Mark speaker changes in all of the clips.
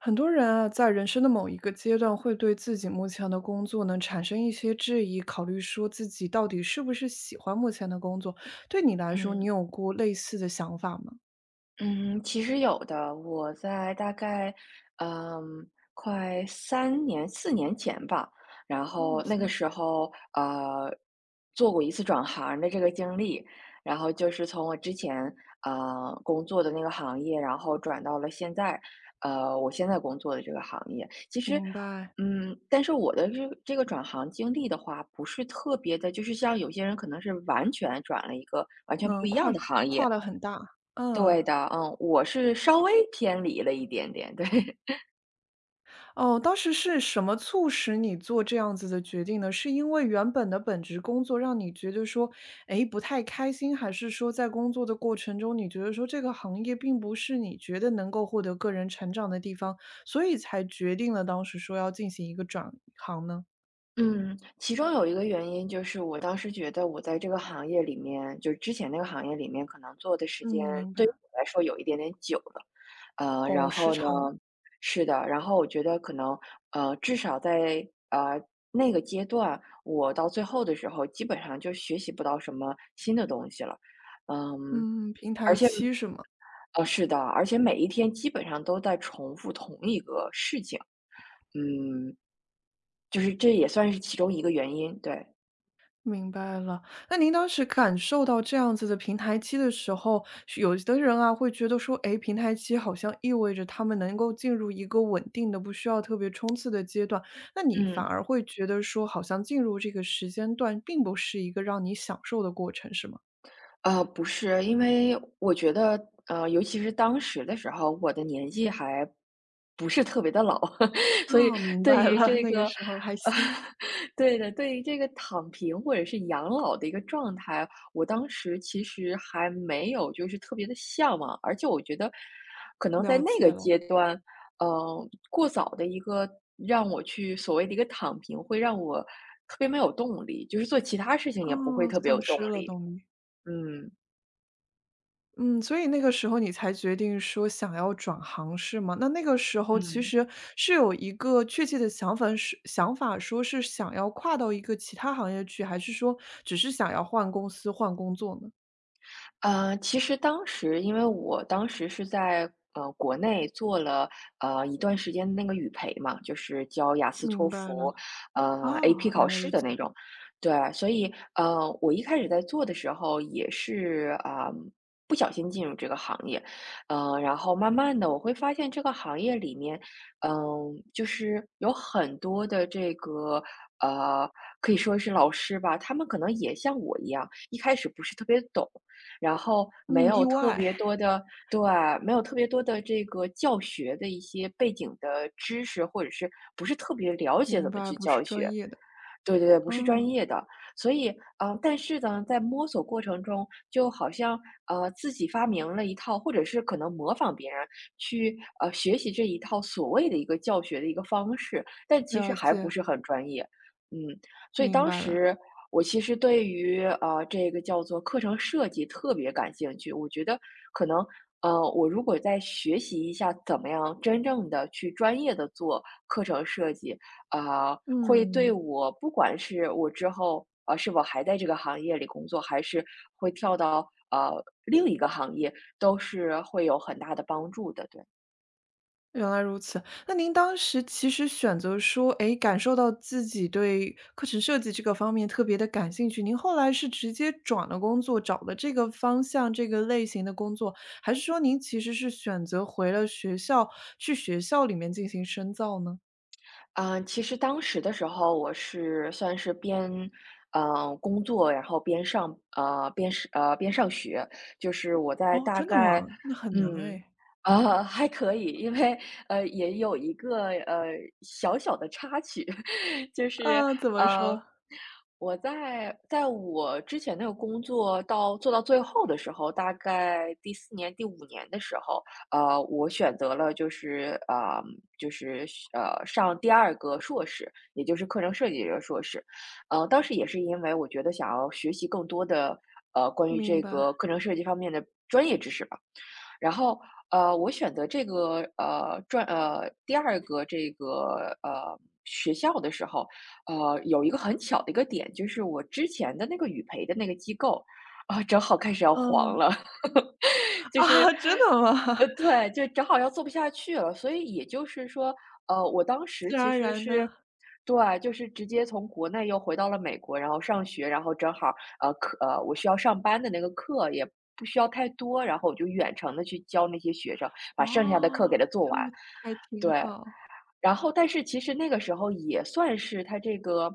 Speaker 1: 很多人啊，在人生的某一个阶段，会对自己目前的工作呢产生一些质疑，考虑说自己到底是不是喜欢目前的工作。对你来说，你
Speaker 2: 嗯
Speaker 1: 有过类似的想法吗？
Speaker 2: 嗯。其实有的。我在大概，嗯，快三年、四年前吧。然后
Speaker 1: 哇
Speaker 2: 那个
Speaker 1: 塞，
Speaker 2: 时候，做过一次转行的这个经历。然后就是从我之前，工作的那个行业，然后转到了现在，我现在工作的这个行业。其实，
Speaker 1: 明白，
Speaker 2: 但是我的这个转行经历的话，不是特别的，就是像有些人可能是完全转了一个完全不
Speaker 1: 嗯，
Speaker 2: 一样
Speaker 1: 跨
Speaker 2: 的行业。
Speaker 1: 跨了很大，嗯。
Speaker 2: 对的，嗯，我是稍微偏离了一点点，对。
Speaker 1: 哦，当时是什么促使你做这样子的决定呢？是因为原本的本职工作让你觉得说，哎，不太开心，还是说在工作的过程中，你觉得说这个行业并不是你觉得能够获得个人成长的地方，所以才决定了当时说要进行一个转行呢？
Speaker 2: 嗯。其中有一个原因就是我当时觉得我在这个行业里面就是之前那个行业里面可能做的时间
Speaker 1: 嗯，明
Speaker 2: 对于
Speaker 1: 白。
Speaker 2: 我来说有一点点久了。
Speaker 1: 哦，
Speaker 2: 然
Speaker 1: 时
Speaker 2: 后呢，
Speaker 1: 长，
Speaker 2: 是的，然后我觉得可能，至少在，那个阶段，我到最后的时候基本上就学习不到什么新的东西了。嗯，
Speaker 1: 嗯，平
Speaker 2: 而
Speaker 1: 台
Speaker 2: 且
Speaker 1: 期是吗？
Speaker 2: 是的，而且每一天基本上都在重复同一个事情。嗯，就是这也算是其中一个原因，对，
Speaker 1: 明白了，那您当时感受到这样子的平台期的时候，是有的人啊会觉得说，诶，平台期好像意味着他们能够进入一个稳定的、不需要特别冲刺的阶段，那你反
Speaker 2: 嗯。
Speaker 1: 而会觉得说，好像进入这个时间段并不是一个让你享受的过程，是吗？
Speaker 2: 不是，因为我觉得，尤其是当时的时候，我的年纪还不是特别的老，所以
Speaker 1: 啊，明
Speaker 2: 对
Speaker 1: 白
Speaker 2: 于
Speaker 1: 了，
Speaker 2: 这
Speaker 1: 那个
Speaker 2: 个
Speaker 1: 时候还
Speaker 2: 呃，
Speaker 1: 新，
Speaker 2: 对的，对于这个躺平或者是养老的一个状态，我当时其实还没有就是特别的向往，而且我觉得可能在
Speaker 1: 了
Speaker 2: 那个
Speaker 1: 解了，
Speaker 2: 阶段，过早的一个让我去所谓的一个躺平，会让我特别没有动力，就是做其他事情也不会
Speaker 1: 哦，
Speaker 2: 特别有
Speaker 1: 丧
Speaker 2: 动
Speaker 1: 失了
Speaker 2: 力。
Speaker 1: 动力。
Speaker 2: 嗯。
Speaker 1: 嗯，所以那个时候你才决定说想要转行是吗？那那个时候其
Speaker 2: 嗯。
Speaker 1: 实是有一个确切的想法是想法说是想要跨到一个其他行业去，还是说只是想要换公司、换工作呢？
Speaker 2: 其实当时因为我当时是在国内做了一段时间的那个语培嘛，就是教雅思、托
Speaker 1: 明白
Speaker 2: 福，
Speaker 1: 了，
Speaker 2: AP
Speaker 1: 啊，
Speaker 2: 考
Speaker 1: 原来
Speaker 2: 试
Speaker 1: 如
Speaker 2: 的
Speaker 1: 此，
Speaker 2: 那种。对，所以我一开始在做的时候也是啊、不小心进入这个行业。然后慢慢的我会发现这个行业里面，嗯、就是有很多的这个呃可以说是老师吧，他们可能也像我一样，一开始不是特别懂。然后没
Speaker 1: 嗯，意
Speaker 2: 有特
Speaker 1: 外，
Speaker 2: 别多的对，没有特别多的这个教学的一些背景的知识，或者是不是特别了解
Speaker 1: 明
Speaker 2: 怎么
Speaker 1: 白，
Speaker 2: 去
Speaker 1: 不
Speaker 2: 教
Speaker 1: 是
Speaker 2: 学。
Speaker 1: 专业的，
Speaker 2: 对对对，不是专
Speaker 1: 嗯，
Speaker 2: 业的。所以，但是呢，在摸索过程中，就好像自己发明了一套，或者是可能模仿别人去学习这一套所谓的一个教学的一个方式，但其实
Speaker 1: 了
Speaker 2: 还不
Speaker 1: 解，
Speaker 2: 是很专业。嗯，所以
Speaker 1: 明
Speaker 2: 当
Speaker 1: 白了，
Speaker 2: 时我其实对于这个叫做课程设计特别感兴趣。我觉得可能，我如果再学习一下怎么样真正的去专业的做课程设计，会对
Speaker 1: 嗯。
Speaker 2: 我不管是我之后是否还在这个行业里工作，还是会跳到另一个行业，都是会有很大的帮助的。对。
Speaker 1: 原来如此，那您当时其实选择说，哎，感受到自己对课程设计这个方面特别的感兴趣，您后来是直接转了工作，找了这个方向、这个类型的工作，还是说您其实是选择回了学校，去学校里面进行深造呢？
Speaker 2: 其实当时的时候，我是算是边，工作，然后边上学。就是我在
Speaker 1: 哦，
Speaker 2: 大
Speaker 1: 真的
Speaker 2: 概，
Speaker 1: 吗？那很难
Speaker 2: 嗯，
Speaker 1: 哎。
Speaker 2: 啊，还可以。因为也有一个小小的插曲。就是，
Speaker 1: 啊，怎么
Speaker 2: 呃，
Speaker 1: 说？
Speaker 2: 我在我之前那个工作到做到最后的时候，大概第四年、第五年的时候。我选择了就是，就是上第二个硕士，也就是课程设计这个硕士。当时也是因为我觉得想要学习更多的关于
Speaker 1: 明
Speaker 2: 这
Speaker 1: 白，
Speaker 2: 个课程设计方面的专业知识吧。然后我选择这个呃专呃第二个这个学校的时候，有一个很巧的一个点，就是我之前的那个语培的那个机构啊，正好开始要黄
Speaker 1: 嗯
Speaker 2: 了。就是，
Speaker 1: 啊，真的吗？
Speaker 2: 对，就正好要做不下去了。所以也就是说，我当时
Speaker 1: 自然
Speaker 2: 其
Speaker 1: 而
Speaker 2: 实
Speaker 1: 然
Speaker 2: 是，
Speaker 1: 的，
Speaker 2: 对，就是直接从国内又回到了美国，然后上学，然后正好，我需要上班的那个课也不需要太多，然后我就远程的去教那些学生，把剩下的课给
Speaker 1: 哦，
Speaker 2: 他做
Speaker 1: 就
Speaker 2: 完，
Speaker 1: 还挺
Speaker 2: 对。
Speaker 1: 好，
Speaker 2: 然后但是其实那个时候也算是他这个，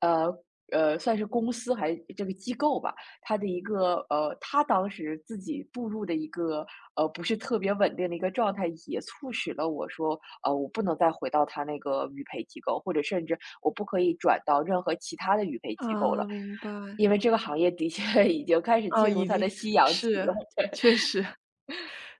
Speaker 2: 呃，算是公司还这个机构吧，他的一个呃，他当时自己步入的一个，不是特别稳定的一个状态，也促使了我说，我不能再回到他那个语培机构，或者甚至我不可以转到任何其他的语培机构了。
Speaker 1: 啊，明白。
Speaker 2: 因为这个行业的确 已经开始
Speaker 1: 哦，
Speaker 2: 进入
Speaker 1: 已
Speaker 2: 它
Speaker 1: 经
Speaker 2: 的夕阳期
Speaker 1: 是，
Speaker 2: 了。
Speaker 1: 确实。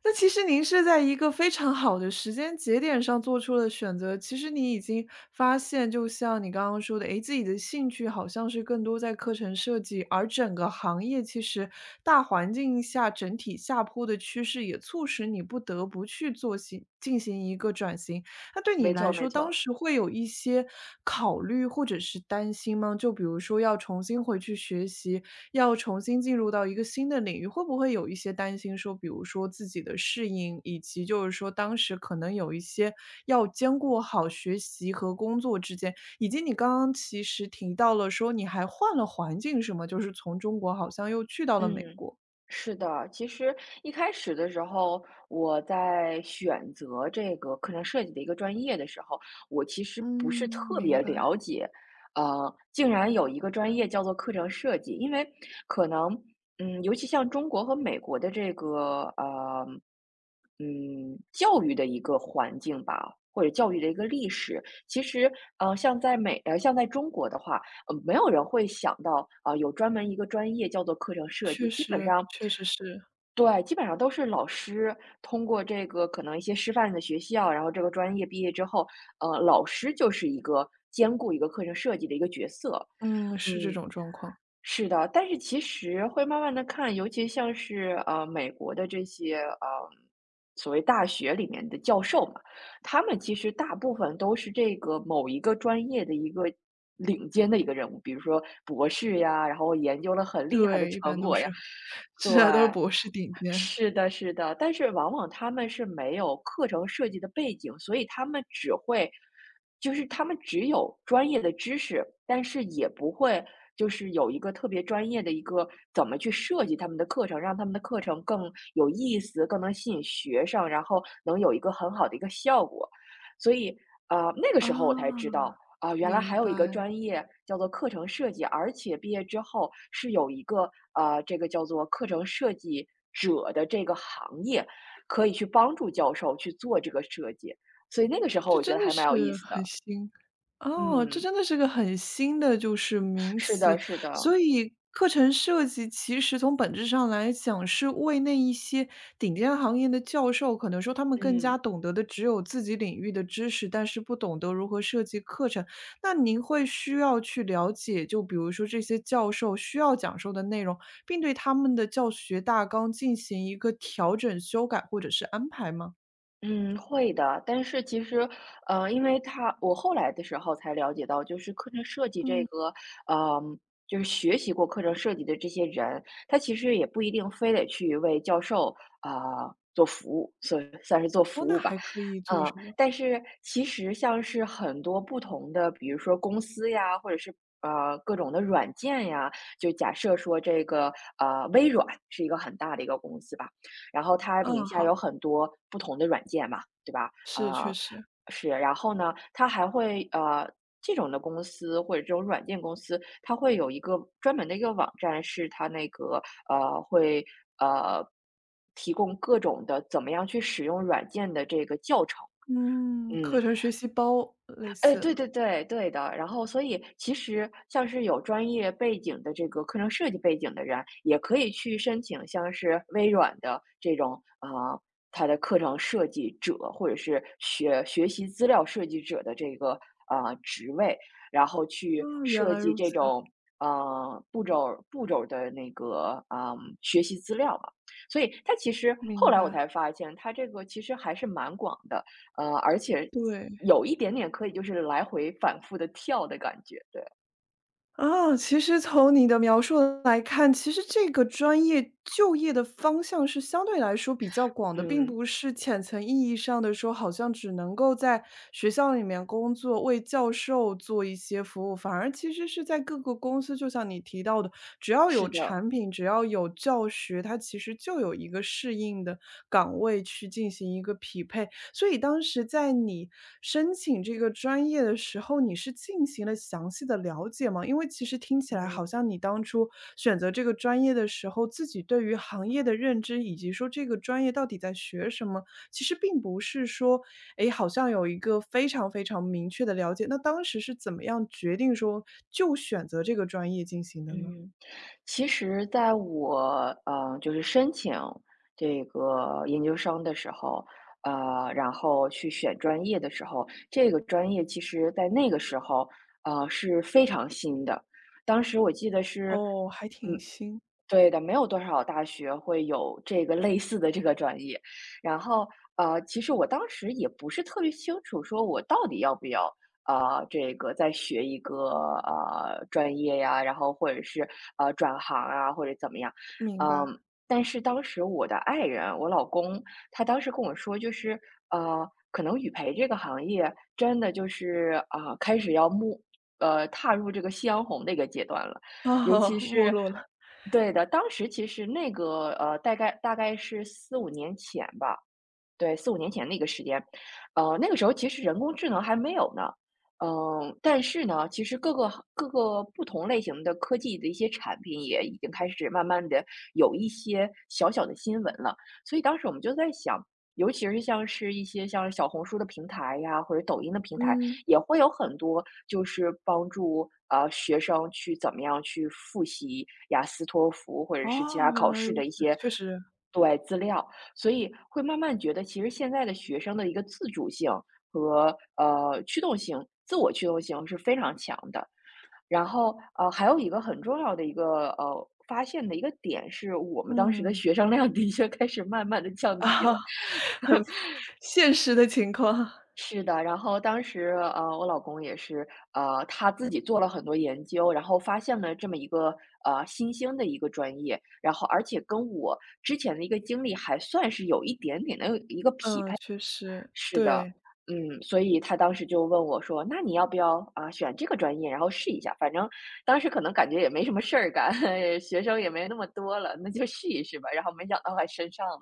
Speaker 1: 那其实您是在一个非常好的时间节点上做出了选择，其实你已经发现，就像你刚刚说的，诶，自己的兴趣好像是更多在课程设计，而整个行业其实大环境下整体下坡的趋势，也促使你不得不去进行一个转型。那对你
Speaker 2: 没
Speaker 1: 来
Speaker 2: 错没
Speaker 1: 说，当
Speaker 2: 错。
Speaker 1: 时会有一些考虑或者是担心吗？就比如说要重新回去学习，要重新进入到一个新的领域，会不会有一些担心说，比如说自己的适应，以及就是说当时可能有一些要兼顾好学习和工作之间，以及你刚刚其实提到了说你还换了环境，什么，就是从中国好像又去到了美
Speaker 2: 嗯。
Speaker 1: 国。
Speaker 2: 是的，其实一开始的时候，我在选择这个课程设计的一个专业的时候，我其实
Speaker 1: 嗯，
Speaker 2: 不是特
Speaker 1: 明
Speaker 2: 别了
Speaker 1: 白，
Speaker 2: 解，竟然有一个专业叫做课程设计。因为可能，尤其像中国和美国的这个，教育的一个环境吧，或者教育的一个历史，其实，像在中国的话，没有人会想到有专门一个专业叫做课程设
Speaker 1: 确
Speaker 2: 计。基本
Speaker 1: 实，
Speaker 2: 上，
Speaker 1: 确实是，
Speaker 2: 对，基本上都是老师通过这个可能一些师范的学校，然后这个专业毕业之后，老师就是一个兼顾一个课程设计的一个角色。
Speaker 1: 嗯，是这
Speaker 2: 嗯，
Speaker 1: 种状况。
Speaker 2: 是的，但是其实会慢慢的看，尤其像是，美国的这些，所谓大学里面的教授嘛，他们其实大部分都是这个某一个专业的一个领尖的一个人物，比如说博士呀，然后研究了很厉害的
Speaker 1: 对，一般
Speaker 2: 成
Speaker 1: 都
Speaker 2: 果呀，
Speaker 1: 是
Speaker 2: 对。
Speaker 1: 是啊，都是博士顶尖。
Speaker 2: 是的，是的，但是往往他们是没有课程设计的背景，所以他们就是他们只有专业的知识，但是也不会就是有一个特别专业的一个怎么去设计他们的课程，让他们的课程更有意思，更能吸引学生，然后能有一个很好的一个效果。所以，那个时候我才知
Speaker 1: 啊，
Speaker 2: 道，啊，原来还
Speaker 1: 明
Speaker 2: 有一个
Speaker 1: 白。
Speaker 2: 专业叫做课程设计，而且毕业之后是有一个这个叫做课程设计者的这个行业，可以去帮助教授去做这个设计，所以那个时候
Speaker 1: 这
Speaker 2: 我觉得
Speaker 1: 真的
Speaker 2: 还蛮有意
Speaker 1: 是
Speaker 2: 思
Speaker 1: 很
Speaker 2: 的。
Speaker 1: 新。哦，这
Speaker 2: 嗯，
Speaker 1: 真的是个很新的就是名
Speaker 2: 是的，
Speaker 1: 词。
Speaker 2: 是的，
Speaker 1: 所以课程设计其实从本质上来讲，是为那一些顶尖行业的教授，可能说他们更
Speaker 2: 嗯。
Speaker 1: 加懂得的只有自己领域的知识，但是不懂得如何设计课程。那您会需要去了解，就比如说这些教授需要讲授的内容，并对他们的教学大纲进行一个调整、修改或者是安排吗？
Speaker 2: 嗯，会的。但是其实，呃，因为他我后来的时候才了解到，就是课程设计这
Speaker 1: 嗯。
Speaker 2: 个，呃，就是学习过课程设计的这些人，他其实也不一定非得去为教授啊，做服务，算是做
Speaker 1: 哦，
Speaker 2: 服
Speaker 1: 那
Speaker 2: 务吧。
Speaker 1: 还可以做
Speaker 2: 嗯，
Speaker 1: 什么？
Speaker 2: 但是其实像是很多不同的，比如说公司呀，或者是各种的软件呀，就假设说这个微软是一个很大的一个公司吧。然后他名
Speaker 1: 嗯，
Speaker 2: 下
Speaker 1: 好，
Speaker 2: 有很多不同的软件嘛，对吧？
Speaker 1: 是，确实。
Speaker 2: 是，然后呢，他还会呃，这种的公司或者这种软件公司，它会有一个专门的一个网站，是它那个呃，会呃，提供各种的怎么样去使用软件的这个教程。
Speaker 1: 嗯，课
Speaker 2: 嗯。
Speaker 1: 程学习包类
Speaker 2: 哎，
Speaker 1: 似。
Speaker 2: 对对对，对的。然后所以其实像是有专业背景的这个课程设计背景的人，也可以去申请像是微软的这种，啊，它的课程设计者，或者是学习资料设计者的这个，啊职位，然后
Speaker 1: 啊，
Speaker 2: 去
Speaker 1: 原
Speaker 2: 设
Speaker 1: 来
Speaker 2: 计
Speaker 1: 如
Speaker 2: 这
Speaker 1: 此，
Speaker 2: 种，步骤的那个，学习资料嘛。所以它其实后
Speaker 1: 明
Speaker 2: 来我才
Speaker 1: 白，
Speaker 2: 发现，它这个其实还是蛮广的。而且
Speaker 1: 对。
Speaker 2: 有一点点可以就是来回反复的跳的感觉，对。
Speaker 1: 啊，其实从你的描述来看，其实这个专业就业的方向是相对来说比较广的，并
Speaker 2: 嗯，
Speaker 1: 不是浅层意义上的说，好像只能够在学校里面工作，为教授做一些服务，反而其实是在各个公司，就像你提到的，只要
Speaker 2: 是
Speaker 1: 有
Speaker 2: 的。
Speaker 1: 产品，只要有教学，它其实就有一个适应的岗位去进行一个匹配。所以当时在你申请这个专业的时候，你是进行了详细的了解吗？因为其实听起来好像你当初选择这个专业的时候，自己对于行业的认知，以及说这个专业到底在学什么，其实并不是说，哎，好像有一个非常非常明确的了解。那当时是怎么样决定说就选择这个专业进行的呢？
Speaker 2: 嗯，其实在我，就是申请这个研究生的时候，然后去选专业的时候，这个专业其实在那个时候，是非常新的。当时我记得是
Speaker 1: 哦，还挺
Speaker 2: 嗯，
Speaker 1: 新，
Speaker 2: 对的，没有多少大学会有这个类似的这个专业。然后，其实我当时也不是特别清楚，说我到底要不要，这个再学一个专业呀，然后或者是转行啊，或者怎么样。
Speaker 1: 明
Speaker 2: 嗯，
Speaker 1: 白。
Speaker 2: 但是当时我的爱人，我老公，他当时跟我说，就是呃，可能语培这个行业真的就是啊、开始要目踏入这个夕阳红的一个阶段了。尤其
Speaker 1: 啊，没
Speaker 2: 是
Speaker 1: 落了。
Speaker 2: 对的，当时其实那个大概是四五年前吧，对四五年前的一个时间。那个时候其实人工智能还没有呢，嗯，但是呢，其实各个行各个不同类型的科技的一些产品也已经开始慢慢的有一些小小的新闻了。所以当时我们就在想，尤其是像是一些像小红书的平台呀，或者抖音的平台，
Speaker 1: 嗯，
Speaker 2: 也会有很多就是帮助，学生去怎么样去复习雅思、托福或者是其他
Speaker 1: 哦，原
Speaker 2: 考
Speaker 1: 来
Speaker 2: 试
Speaker 1: 如
Speaker 2: 的一
Speaker 1: 此，
Speaker 2: 些
Speaker 1: 确实。
Speaker 2: 对，资料。所以会慢慢觉得，其实现在的学生的一个自主性和驱动性、自我驱动性是非常强的。然后还有一个很重要的一个发现的一个点是，我们当时的
Speaker 1: 嗯，
Speaker 2: 学 生量 的确开始慢慢的降低
Speaker 1: 啊，
Speaker 2: 了。
Speaker 1: 很现实的情况。
Speaker 2: 是的，然后当时我老公也是他自己做了很多研究，然后发现了这么一个新兴的一个专业，然后而且跟我之前的一个经历还算是有一点点的一个匹配。
Speaker 1: 嗯，确实，
Speaker 2: 是的。
Speaker 1: 对。
Speaker 2: 嗯，所以他当时就问我说：“那你要不要啊，选这个专业，然后试一下？反正当时可能感觉也没什么事儿干，学生也没那么多了，那就试一试吧。”然后没想到还升上了。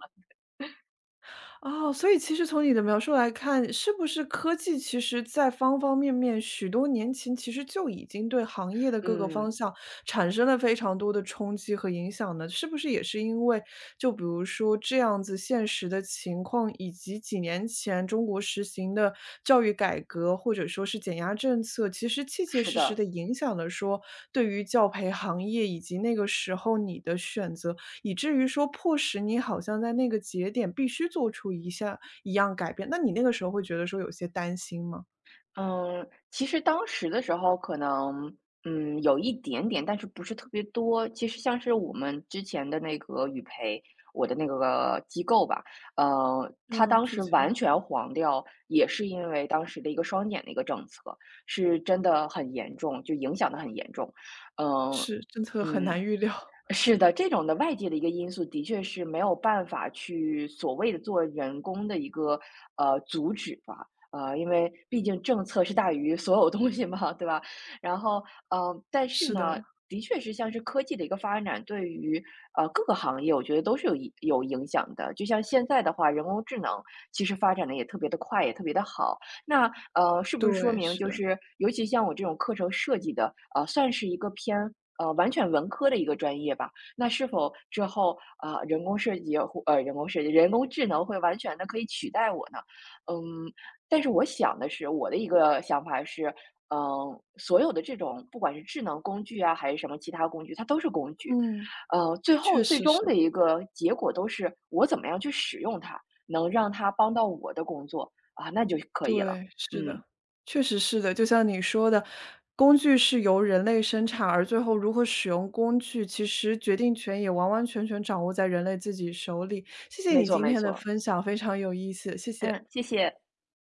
Speaker 1: 哦，所以其实从你的描述来看，是不是科技其实在方方面面，许多年前其实就已经对行业的各个方
Speaker 2: 嗯，
Speaker 1: 向产生了非常多的冲击和影响呢？是不是也是因为，就比如说这样子现实的情况，以及几年前中国实行的教育改革或者说是减压政策，其实切切
Speaker 2: 是
Speaker 1: 实实
Speaker 2: 的。
Speaker 1: 的影响了说对于教培行业以及那个时候你的选择以至于说迫使你好像在那个节点必须做出一下一样改变，那你那个时候会觉得说有些担心吗？
Speaker 2: 嗯，其实当时的时候可能，嗯，有一点点，但是不是特别多。其实像是我们之前的那个语培，我的那个机构吧，它
Speaker 1: 嗯，
Speaker 2: 当
Speaker 1: 之
Speaker 2: 时完
Speaker 1: 前
Speaker 2: 全黄掉，也是因为当时的一个双减的一个政策，是真的很严重，就影响的很严重。嗯、
Speaker 1: 是，政策很
Speaker 2: 嗯，
Speaker 1: 难预料，
Speaker 2: 是的，这种的外界的一个因素的确是没有办法去所谓的做人工的一个阻止吧，因为毕竟政策是大于所有东西嘛，对吧？然后，但是
Speaker 1: 是
Speaker 2: 呢，
Speaker 1: 的，
Speaker 2: 的确是像是科技的一个发展，对于各个行业，我觉得都是有影响的。就像现在的话，人工智能其实发展的也特别的快，也特别的好，那是不是说
Speaker 1: 对，
Speaker 2: 明就
Speaker 1: 是，
Speaker 2: 是，尤其像我这种课程设计的，算是一个偏完全文科的一个专业吧？那是否之后啊、人工设计或呃人工设计、人工智能会完全的可以取代我呢？嗯，但是我想的是，我的一个想法是，嗯、所有的这种不管是智能工具啊，还是什么其他工具，它都是工具。
Speaker 1: 嗯，
Speaker 2: 最后
Speaker 1: 确
Speaker 2: 最
Speaker 1: 实
Speaker 2: 终
Speaker 1: 是，
Speaker 2: 的一个结果都是我怎么样去使用它，能让它帮到我的工作，啊，那就可以了。
Speaker 1: 对，是的，
Speaker 2: 嗯，
Speaker 1: 确实是的，就像你说的，工具是由人类生产，而最后如何使用工具，其实决定权也完完全全掌握在人类自己手里。谢谢
Speaker 2: 没
Speaker 1: 你
Speaker 2: 错
Speaker 1: 今
Speaker 2: 没
Speaker 1: 天的
Speaker 2: 错，
Speaker 1: 分享，非常有意思，谢谢。
Speaker 2: 嗯，谢谢。